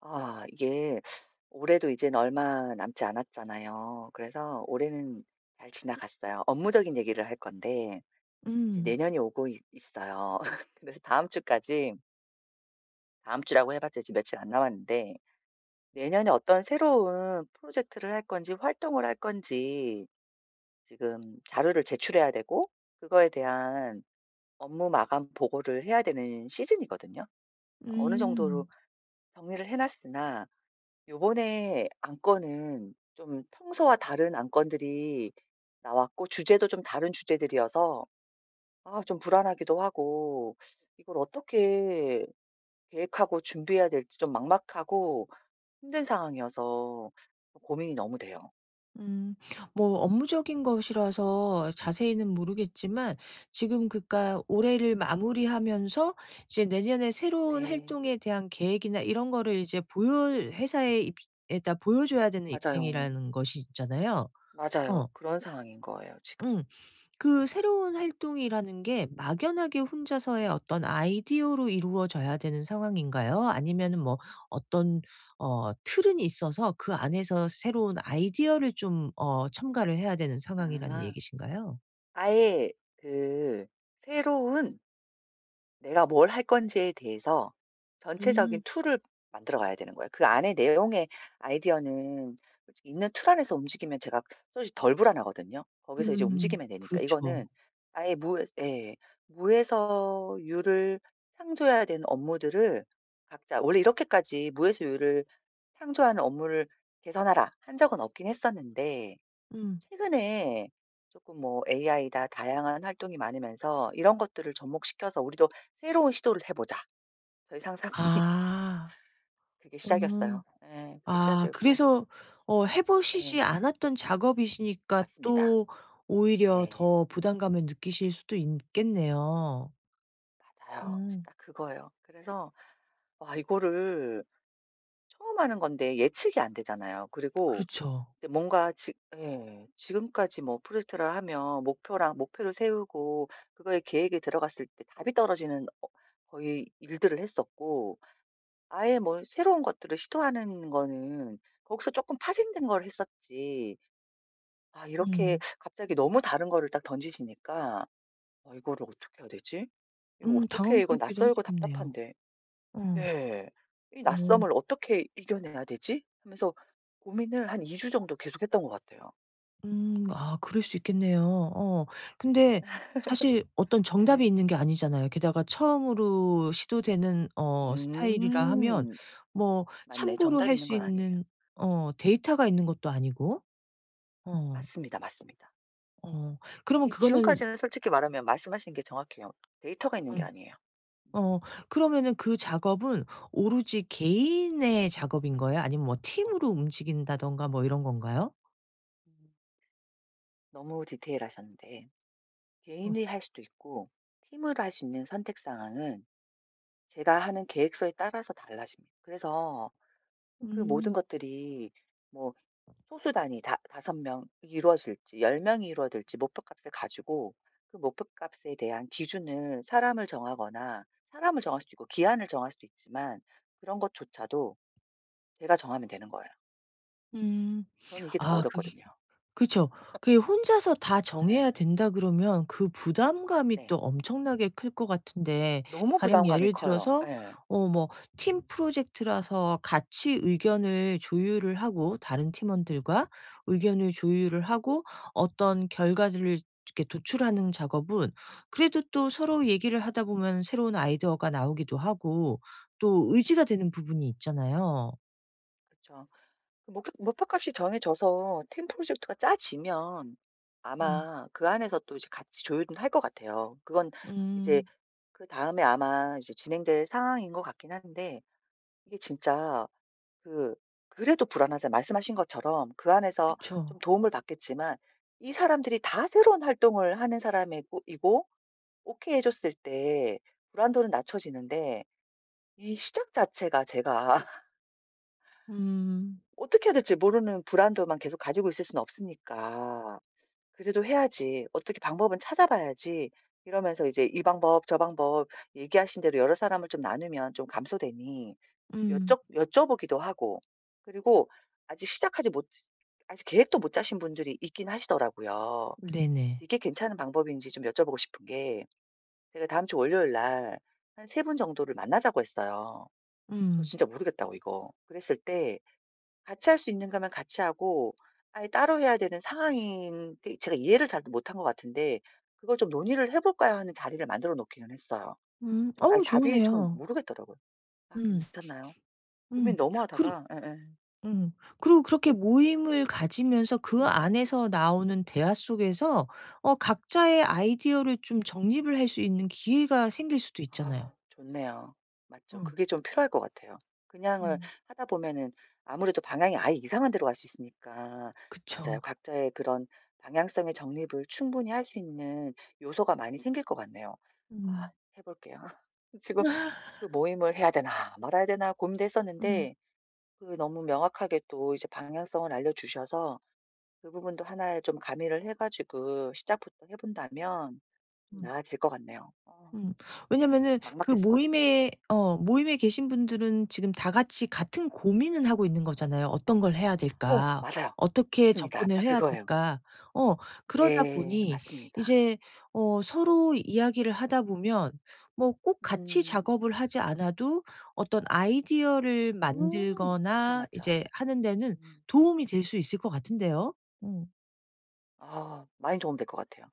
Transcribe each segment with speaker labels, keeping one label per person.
Speaker 1: 아 이게 올해도 이제는 얼마 남지 않았잖아요. 그래서 올해는 잘 지나갔어요. 업무적인 얘기를 할 건데 이제
Speaker 2: 음.
Speaker 1: 내년이 오고 있 있어요. 그래서 다음 주까지, 다음 주라고 해 봤자 지금 며칠 안 남았는데, 내년에 어떤 새로운 프로젝트를 할 건지, 활동을 할 건지 지금 자료를 제출해야 되고 그거에 대한 업무 마감 보고를 해야 되는 시즌이거든요. 어느 정도로
Speaker 2: 음.
Speaker 1: 정리를 해 놨으나 요번에 안건은 좀 평소와 다른 안건들이 나왔고 주제도 좀 다른 주제들이어서 아 좀 불안하기도 하고 이걸 어떻게 계획하고 준비해야 될지 좀 막막하고 힘든 상황이어서 고민이 너무 돼요.
Speaker 2: 음. 뭐 업무적인 것이라서 자세히는 모르겠지만 지금 그러니까 올해를 마무리하면서 이제 내년에 새로운
Speaker 1: 네.
Speaker 2: 활동에 대한 계획이나 이런 거를 이제 보여 회사에 입 에다 보여줘야 되는
Speaker 1: 맞아요,
Speaker 2: 입장이라는 것이 있잖아요. 어.
Speaker 1: 맞아요. 그런 상황인 거예요 지금.
Speaker 2: 음. 그 새로운 활동이라는 게 막연하게 혼자서의
Speaker 1: 네.
Speaker 2: 어떤 아이디어로 이루어져야 되는 상황인가요? 아니면은 뭐 어떤 틀은 있어서 그 안에서 새로운 아이디어를 좀 첨가를 해야 되는 상황이라는
Speaker 1: 아.
Speaker 2: 얘기신가요?
Speaker 1: 아예 그 새로운, 내가 뭘 할 건지에 대해서 전체적인
Speaker 2: 음.
Speaker 1: 툴을 만들어 가야 되는 거예요. 그 안에 내용의 아이디어는 솔직히 있는 툴 안에서 움직이면 제가 솔직히 덜 불안하거든요. 거기서 이제 움직이면 되니까.
Speaker 2: 그렇죠.
Speaker 1: 이거는 아예 무 예, 무에서 유를 창조해야 되는 업무들을 각자 원래 이렇게까지 무에서 유를 창조하는 업무를 "개선하라." 한 적은 없긴 했었는데,
Speaker 2: 음.
Speaker 1: 최근에 조금 뭐 AI다 다양한 활동이 많으면서 이런 것들을 접목시켜서 우리도 새로운 시도를 해 보자, 저희 상사분이
Speaker 2: 아.
Speaker 1: 그게
Speaker 2: 음.
Speaker 1: 시작이었어요. 예. 그게
Speaker 2: 아
Speaker 1: 시작이었고.
Speaker 2: 그래서 어 해
Speaker 1: 예.
Speaker 2: 보시지 않았던 작업이시니까
Speaker 1: 맞습니다.
Speaker 2: 또 오히려
Speaker 1: 네.
Speaker 2: 더 부담감을 느끼실 수도 있겠네요.
Speaker 1: 맞아요. 지금
Speaker 2: 음.
Speaker 1: 딱 그거예요. 그래서 와 이거를 처음 하는 건데 예측이 안 되잖아요. 그리고
Speaker 2: 그렇죠.
Speaker 1: 이제 뭔가 지 예, 지금까지 뭐 프로젝트를 하면 목표랑 목표를 세우고 그거에 계획이 들어갔을 때 답이 떨어지는 어 거의 일들을 했었고 아예 뭐 새로운 것들을 시도하는 거는 거기서 조금 파생된 걸 했었지. 아 이렇게
Speaker 2: 음.
Speaker 1: 갑자기 너무 다른 거를 딱 던지시니까 '아 이거를 어떻게 해야 되지? 이거 어떻게 해? 이거
Speaker 2: 당황스럽기도
Speaker 1: 낯설고
Speaker 2: 하시겠네요.
Speaker 1: 답답한데.'
Speaker 2: 어.
Speaker 1: 네. '이
Speaker 2: 어.
Speaker 1: 낯섦을 어떻게 이겨내야 되지?' 하면서 고민을 한 2주 정도 계속했던 것 같아요.
Speaker 2: 아 그럴 수 있겠네요. 어. 근데 사실 어떤 정답이
Speaker 1: 예.
Speaker 2: 있는 게
Speaker 1: 음.
Speaker 2: 아니잖아요. 게다가 처음으로 시도되는 어 스타일이라 하면
Speaker 1: 음.
Speaker 2: 뭐
Speaker 1: 맞네.
Speaker 2: 참고로
Speaker 1: 정답
Speaker 2: 할
Speaker 1: 있는
Speaker 2: 수
Speaker 1: 건 아니에요.
Speaker 2: 있는 어 데이터가 있는 것도 아니고. 어.
Speaker 1: 맞습니다, 맞습니다.
Speaker 2: 어. 그러면
Speaker 1: 이
Speaker 2: 그거는
Speaker 1: 지금까지는 솔직히 말하면 말씀하신 게 정확해요. 데이터가 있는 게
Speaker 2: 음
Speaker 1: 아니에요. 음.
Speaker 2: 어 그러면은 그 작업은 오로지 개인의 작업인 거예요? 아니면 뭐 팀으로 움직인다든가 뭐 이런 건가요?
Speaker 1: 너무 디테일하셨는데
Speaker 2: 어.
Speaker 1: 개인이 할 수도 있고 팀으로 할 수 있는 선택 상황은 제가 하는 계획서에 따라서 달라집니다. 그래서 그 모든
Speaker 2: 음.
Speaker 1: 것들이 뭐 소수 단위 다 5 명이 이루어질지 10 명이 이루어질지 목표값을 가지고 그 목표값에 대한 기준을 사람을 정하거나, 사람을 정할 수도 있고 기한을 정할 수도 있지만, 그런 것조차도 제가 정하면 되는 거예요.
Speaker 2: 음.
Speaker 1: 저는 이게 더
Speaker 2: 아 그게
Speaker 1: 어렵거든요.
Speaker 2: 그쵸. 그게 혼자서 다 정해야
Speaker 1: 예.
Speaker 2: 된다 그러면 그 부담감이
Speaker 1: 네.
Speaker 2: 또 엄청나게 클 것 같은데
Speaker 1: 너무
Speaker 2: 가령
Speaker 1: 부담감이
Speaker 2: 예를
Speaker 1: 커요.
Speaker 2: 들어서
Speaker 1: 예.
Speaker 2: 어 뭐 팀
Speaker 1: 음.
Speaker 2: 프로젝트라서 같이 의견을 조율을 하고 다른 팀원들과 의견을 조율을 하고 어떤 결과들을 이렇게 도출하는 작업은 그래도 또 서로 얘기를 하다 보면 새로운 아이디어가 나오기도 하고 또 의지가 되는 부분이 있잖아요.
Speaker 1: 그쵸. 그 목 목표값이 정해져서 팀 프로젝트가 짜지면
Speaker 2: 음.
Speaker 1: 아마 그 안에서 또 이제 같이 조율은 할 것 같아요. 그건 이제
Speaker 2: 음
Speaker 1: 그다음에 아마 이제 진행될 상황인 것 같긴 한데 이게 진짜 그 그래도 불안하잖아요. 말씀하신 것처럼 그 안에서
Speaker 2: 그쵸.
Speaker 1: 좀 도움을 받겠지만 이 사람들이 다 새로운 활동을 하는 사람이고 이고 오케이 해 줬을 때 불안도는 낮춰지는데 이 시작 자체가 제가
Speaker 2: 음.
Speaker 1: 어떻게 해야 될지 모르는 불안도만 계속 가지고 있을 수는 없으니까. 그래도 해야지. 어떻게 방법은 찾아봐야지. 이러면서 이제 이 방법 저 방법 얘기하신 대로 여러 사람을 좀 나누면 좀 감소되니
Speaker 2: 음.
Speaker 1: 여쭤보기도 하고. 그리고 아직 시작하지 못, 아직 계획도 못 짜신 분들이 있긴 하시더라고요.
Speaker 2: 네네.
Speaker 1: 그래서 이게 괜찮은 방법인지 좀 여쭤보고 싶은 게 제가 다음 주 월요일 날 한 세 분 정도를 만나자고 했어요. 저
Speaker 2: 음.
Speaker 1: 진짜 모르겠다고 이거. 그랬을 때 같이 할 수 있는가면 같이 하고, 아예 따로 해야 되는 상황인 게 제가 이해를 잘 못한 것 같은데 그걸 좀 논의를 해 볼까요 하는 자리를 만들어 놓기는 했어요.
Speaker 2: 음.
Speaker 1: 전 아예
Speaker 2: 어우
Speaker 1: 답이 전
Speaker 2: 좋으네요.
Speaker 1: 모르겠더라고요. 아
Speaker 2: 음.
Speaker 1: 괜찮나요? 고민
Speaker 2: 음.
Speaker 1: 너무
Speaker 2: 그리
Speaker 1: 하다가 예예.
Speaker 2: 음. 그리고 그렇게 모임을 가지면서 그
Speaker 1: 음.
Speaker 2: 안에서 나오는 대화 속에서 어 각자의 아이디어를 좀 정립을 할 수 있는 기회가 생길 수도 있잖아요.
Speaker 1: 아 좋네요. 맞죠.
Speaker 2: 어.
Speaker 1: 그게 좀 필요할 것 같아요. 그냥을
Speaker 2: 음.
Speaker 1: 하다 보면은 아무래도 방향이 아예 이상한 데로 갈 수 있으니까.
Speaker 2: 그쵸.
Speaker 1: 맞아요. 각자의 그런 방향성의 정립을 충분히 할 수 있는 요소가 많이 생길 것 같네요. 아
Speaker 2: 음.
Speaker 1: 해 볼게요. 지금 그 모임을 해야 되나 말아야 되나 고민도
Speaker 2: 음.
Speaker 1: 했었는데 그 너무 명확하게 또 이제 방향성을 알려주셔서 그 부분도 하나에 좀 가미를 해 가지고 시작부터 해 본다면 좀
Speaker 2: 음.
Speaker 1: 나아질 것 같네요. 어
Speaker 2: 음. 왜냐면은 그
Speaker 1: 막막했었거든요.
Speaker 2: 모임에 계신 분들은 지금 다 같이 같은 고민은 하고 있는 거잖아요. '어떤 걸 해야
Speaker 1: 어
Speaker 2: 될까?
Speaker 1: 맞아요.
Speaker 2: 어떻게
Speaker 1: 맞습니다. 딱
Speaker 2: 접근을 해야
Speaker 1: 그거예요.
Speaker 2: 될까?' 어 그러다
Speaker 1: 네
Speaker 2: 보니
Speaker 1: 맞습니다.
Speaker 2: 이제 어 서로 이야기를 하다 보면 뭐 꼭 같이
Speaker 1: 음.
Speaker 2: 작업을 하지 않아도 어떤 아이디어를
Speaker 1: 맞아,
Speaker 2: 만들거나
Speaker 1: 맞아.
Speaker 2: 이제 하는 데는
Speaker 1: 음.
Speaker 2: 도움이 될 수 있을 것 같은데요. 어.
Speaker 1: 아 많이 도움될 것 같아요.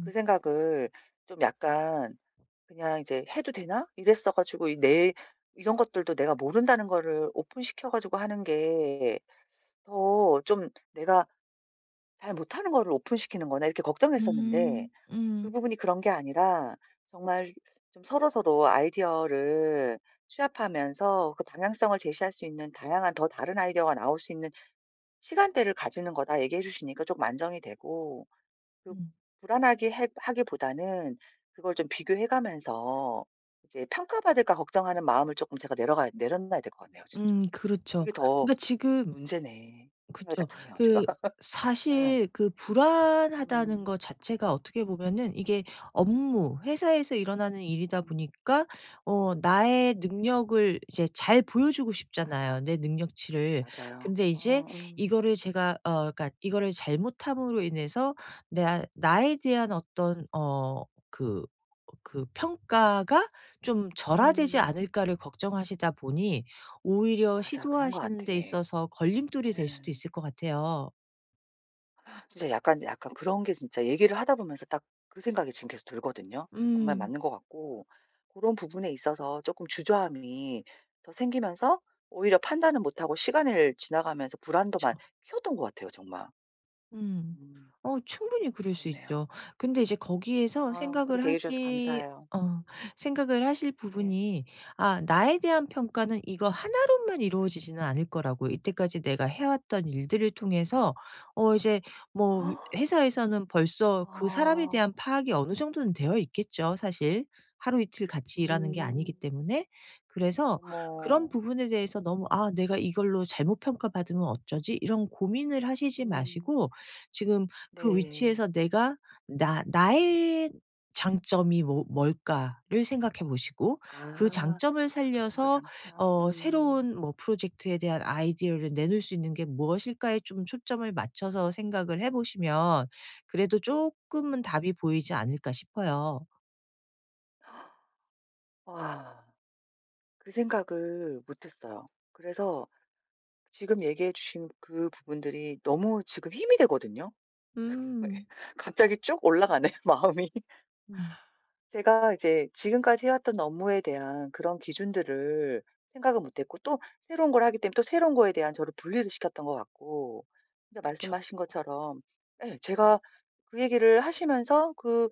Speaker 1: 그 생각을 좀 약간 그냥 이제 '해도 되나?' 이랬어 가지고 이 내, 이런 것들도 내가 모른다는 거를 오픈시켜 가지고 하는 게 더 좀 '내가 잘 못하는 거를 오픈시키는 거나.' 이렇게 걱정했었는데,
Speaker 2: 음.
Speaker 1: 그
Speaker 2: 음.
Speaker 1: 부분이 그런 게 아니라 정말 좀 서로서로 아이디어를 취합하면서 그 방향성을 제시할 수 있는 다양한 더 다른 아이디어가 나올 수 있는 시간대를 가지는 거다 얘기해 주시니까 조금 안정이 되고, 그
Speaker 2: 음.
Speaker 1: 불안하게 해 하기보다는 그걸 좀 비교해 가면서 이제 '평가받을까.' 걱정하는 마음을 조금 제가 내려가 내려놔야 될 것 같네요 진짜.
Speaker 2: 그렇죠.
Speaker 1: 그게 더
Speaker 2: 그러니까 지금
Speaker 1: 문제네. 생각이 딱
Speaker 2: 그쵸.
Speaker 1: 드네요 제가.
Speaker 2: 그 사실 그
Speaker 1: 응
Speaker 2: 불안하다는 것 자체가 어떻게 보면은 이게 업무, 회사에서 일어나는 일이다
Speaker 1: 음.
Speaker 2: 보니까 어 나의 능력을 이제 잘 보여주고 싶잖아요,
Speaker 1: 맞아.
Speaker 2: 내 능력치를.
Speaker 1: 맞아요.
Speaker 2: 근데 이제
Speaker 1: 어
Speaker 2: 이거를 제가 그러니까 이거를 잘못함으로 인해서 내 나에 대한 어떤 그 그 평가가 좀 절하되지
Speaker 1: 음.
Speaker 2: 않을까를 걱정하시다 보니 오히려
Speaker 1: 맞아. 그런 것
Speaker 2: 시도하시는
Speaker 1: 같아.
Speaker 2: 데
Speaker 1: 예.
Speaker 2: 있어서 걸림돌이 될 수도 있을 것 같아요.
Speaker 1: 진짜 약간 약간 그런 게 진짜 얘기를 하다 보면서 딱 그 생각이 지금 계속 들거든요. 정말
Speaker 2: 음.
Speaker 1: 맞는 것 같고 그런 부분에 있어서 조금 주저함이 더 생기면서 오히려 판단을 못하고 시간을 지나가면서 불안도만 키웠던 것 같아요 정말.
Speaker 2: 음.
Speaker 1: 음.
Speaker 2: 어 충분히 그럴 수
Speaker 1: 그렇네요.
Speaker 2: 있죠. 근데 이제 거기에서
Speaker 1: 아
Speaker 2: 생각을
Speaker 1: 그렇게 얘기해 주셔서
Speaker 2: 하시
Speaker 1: 감사해요.
Speaker 2: 어
Speaker 1: 음.
Speaker 2: 생각을 하실
Speaker 1: 네.
Speaker 2: 부분이 '아 나에 대한 평가는 이거 하나로만 이루어지지는 않을 거라고. 이때까지 내가 해왔던 일들을 통해서 어 이제 뭐 회사에서는 벌써 그 사람에
Speaker 1: 아.
Speaker 2: 대한 파악이 어느 정도는 되어 있겠죠 사실. 하루 이틀 같이 일하는 게
Speaker 1: 음.
Speaker 2: 아니기 때문에. 그래서 그런
Speaker 1: 어머.
Speaker 2: 부분에 대해서 너무
Speaker 1: 음.
Speaker 2: '아 내가 이걸로 잘못 평가받으면 어쩌지?' 이런 고민을 하시지
Speaker 1: 음.
Speaker 2: 마시고 지금 그
Speaker 1: 네.
Speaker 2: 위치에서 내가 나 나의 장점이 뭘까를 생각해 보시고 그
Speaker 1: 아.
Speaker 2: 장점을
Speaker 1: 강점과
Speaker 2: 살려서
Speaker 1: 장점.
Speaker 2: 어
Speaker 1: 음.
Speaker 2: 새로운 뭐 프로젝트에 대한 아이디어를 내놓을 수 있는 게 무엇일까에 좀 초점을 맞춰서 생각을 해 보시면 그래도 쪼끔은 답이 보이지 않을까 싶어요.
Speaker 1: 와. 그 생각을 못 했어요. 그래서 지금 얘기해 주신 그 부분들이 너무 지금 힘이 되거든요. 지금
Speaker 2: 음.
Speaker 1: 갑자기 쭉 올라가네 마음이.
Speaker 2: 음
Speaker 1: 제가 이제 지금까지 해 왔던 업무에 대한 그런 기준들을 생각을 못 했고, 또 새로운 걸 하기 때문에 또 새로운 거에 대한 저를 분리를 시켰던 것 같고, 진짜
Speaker 2: 그쵸.
Speaker 1: 말씀하신 것처럼 예 제가 그 얘기를 하시면서 그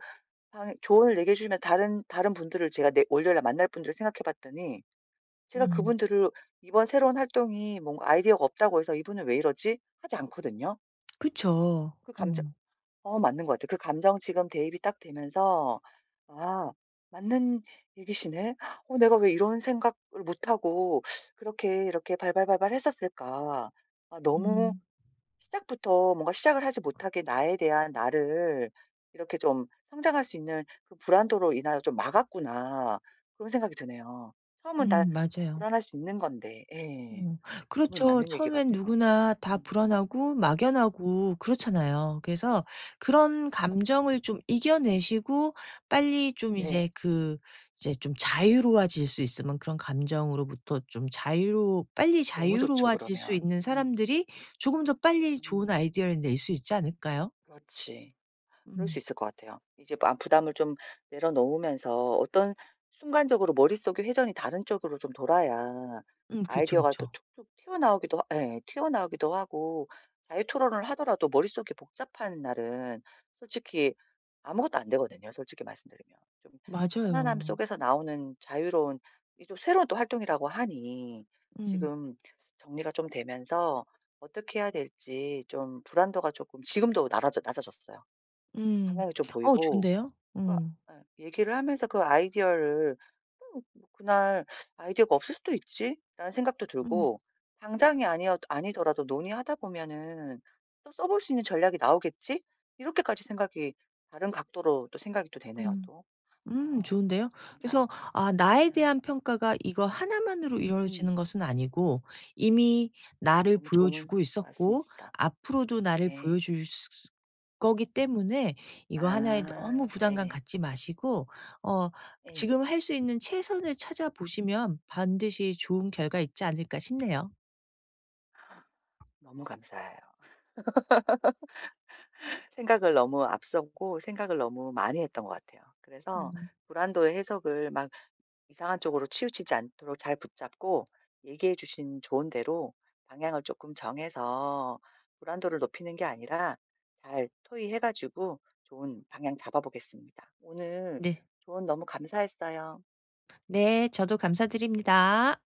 Speaker 1: 방 조언을 얘기해 주시면 다른 분들을, 제가 내 월요일 날 만날 분들을 생각해 봤더니 제가
Speaker 2: 음.
Speaker 1: 그분들을 이번 새로운 활동이 뭔가 아이디어가 없다고 해서 '이분은 왜 이러지?' 하지 않거든요.
Speaker 2: 그쵸.
Speaker 1: 그
Speaker 2: 어.
Speaker 1: 감정 어 맞는 것 같아요. 그 감정 지금 대입이 딱 되면서 '아 맞는 얘기시네. 어 내가 왜 이런 생각을 못 하고 그렇게 이렇게 발발발발 했었을까. 아 너무
Speaker 2: 음.
Speaker 1: 시작부터 뭔가 시작을 하지 못하게 나에 대한 나를 이렇게 좀 성장할 수 있는 그 불안도로 인하여 좀 막았구나.' 그런 생각이 드네요. 처음은 다
Speaker 2: 맞아요.
Speaker 1: 불안할 수 있는 건데. 예.
Speaker 2: 어
Speaker 1: 너무
Speaker 2: 그렇죠.
Speaker 1: 맞는 얘기
Speaker 2: 처음엔
Speaker 1: 같아요.
Speaker 2: 누구나 다
Speaker 1: 음.
Speaker 2: 불안하고 막연하고 그렇잖아요. 그래서 그런
Speaker 1: 그렇다.
Speaker 2: 감정을 좀 이겨내시고 빨리 좀
Speaker 1: 네.
Speaker 2: 이제 그 이제 좀 자유로워질 수 있으면 그런 감정으로부터 좀 자유로 빨리
Speaker 1: 너무 좋죠
Speaker 2: 자유로워질 수
Speaker 1: 그러면.
Speaker 2: 있는
Speaker 1: 음.
Speaker 2: 사람들이 조금 더 빨리 좋은
Speaker 1: 음.
Speaker 2: 아이디어를 낼 수 있지 않을까요?
Speaker 1: 그렇지. 그럴 수
Speaker 2: 음.
Speaker 1: 있을 것 같아요. 이제 아 부담을 좀 내려놓으면서 어떤 순간적으로 머릿속의 회전이 다른 쪽으로 좀 돌아야
Speaker 2: 그쵸,
Speaker 1: 아이디어가 또
Speaker 2: 그쵸.
Speaker 1: 툭툭 튀어나오기도 하 예 튀어나오기도 하고, 자유 토론을 하더라도 머릿속이 복잡한 날은 솔직히 아무것도 안 되거든요, 솔직히 말씀드리면. 좀
Speaker 2: 맞아요.
Speaker 1: 편안함 속에서 나오는 자유로운 이또 새로운 또 활동이라고 하니
Speaker 2: 음.
Speaker 1: 지금 정리가 좀 되면서 어떻게 해야 될지 좀 불안도가 조금 지금도 져 낮아졌어요.
Speaker 2: 음.
Speaker 1: 방향이 좀
Speaker 2: 어
Speaker 1: 보이고
Speaker 2: 좋은데요?
Speaker 1: 그러니까
Speaker 2: 음.
Speaker 1: 예 얘기를 하면서 그 아이디어를 '음 뭐 그날 아이디어가 없을 수도 있지.'라는 생각도
Speaker 2: 음.
Speaker 1: 들고, 당장이 아니어 아니더라도 논의하다 보면은 '또 써볼 수 있는 전략이 나오겠지?' 이렇게까지 생각이 다른 각도로 또 생각이 또 되네요
Speaker 2: 음.
Speaker 1: 또. 어
Speaker 2: 좋은데요. 그래서
Speaker 1: 감사합니다.
Speaker 2: 아
Speaker 1: 네.
Speaker 2: 나에 대한 평가가 이거 하나만으로
Speaker 1: 음
Speaker 2: 이루어지는 것은 아니고 이미 나를
Speaker 1: 너무 좋은
Speaker 2: 보여주고 있었고
Speaker 1: 말씀이시다.
Speaker 2: 앞으로도 나를
Speaker 1: 네.
Speaker 2: 보여줄 수 거기 때문에 이거 하나에 너무
Speaker 1: 아
Speaker 2: 부담감
Speaker 1: 네네.
Speaker 2: 갖지 마시고 어
Speaker 1: 예.
Speaker 2: 지금 할 수 있는 최선을 찾아보시면 반드시 좋은 결과 있지 않을까 싶네요.
Speaker 1: 너무 감사해요. 생각을 너무 앞섰고 생각을 너무 많이 했던 것 같아요. 그래서
Speaker 2: 음
Speaker 1: 불안도의 해석을 막 이상한 쪽으로 치우치지 않도록 잘 붙잡고, 얘기해 주신 좋은 대로 방향을 조금 정해서 불안도를 높이는 게 아니라 잘 토의해 가지고 좋은 방향 잡아 보겠습니다. 오늘
Speaker 2: 네.
Speaker 1: 조언 너무 감사했어요.
Speaker 2: 네 저도 감사드립니다.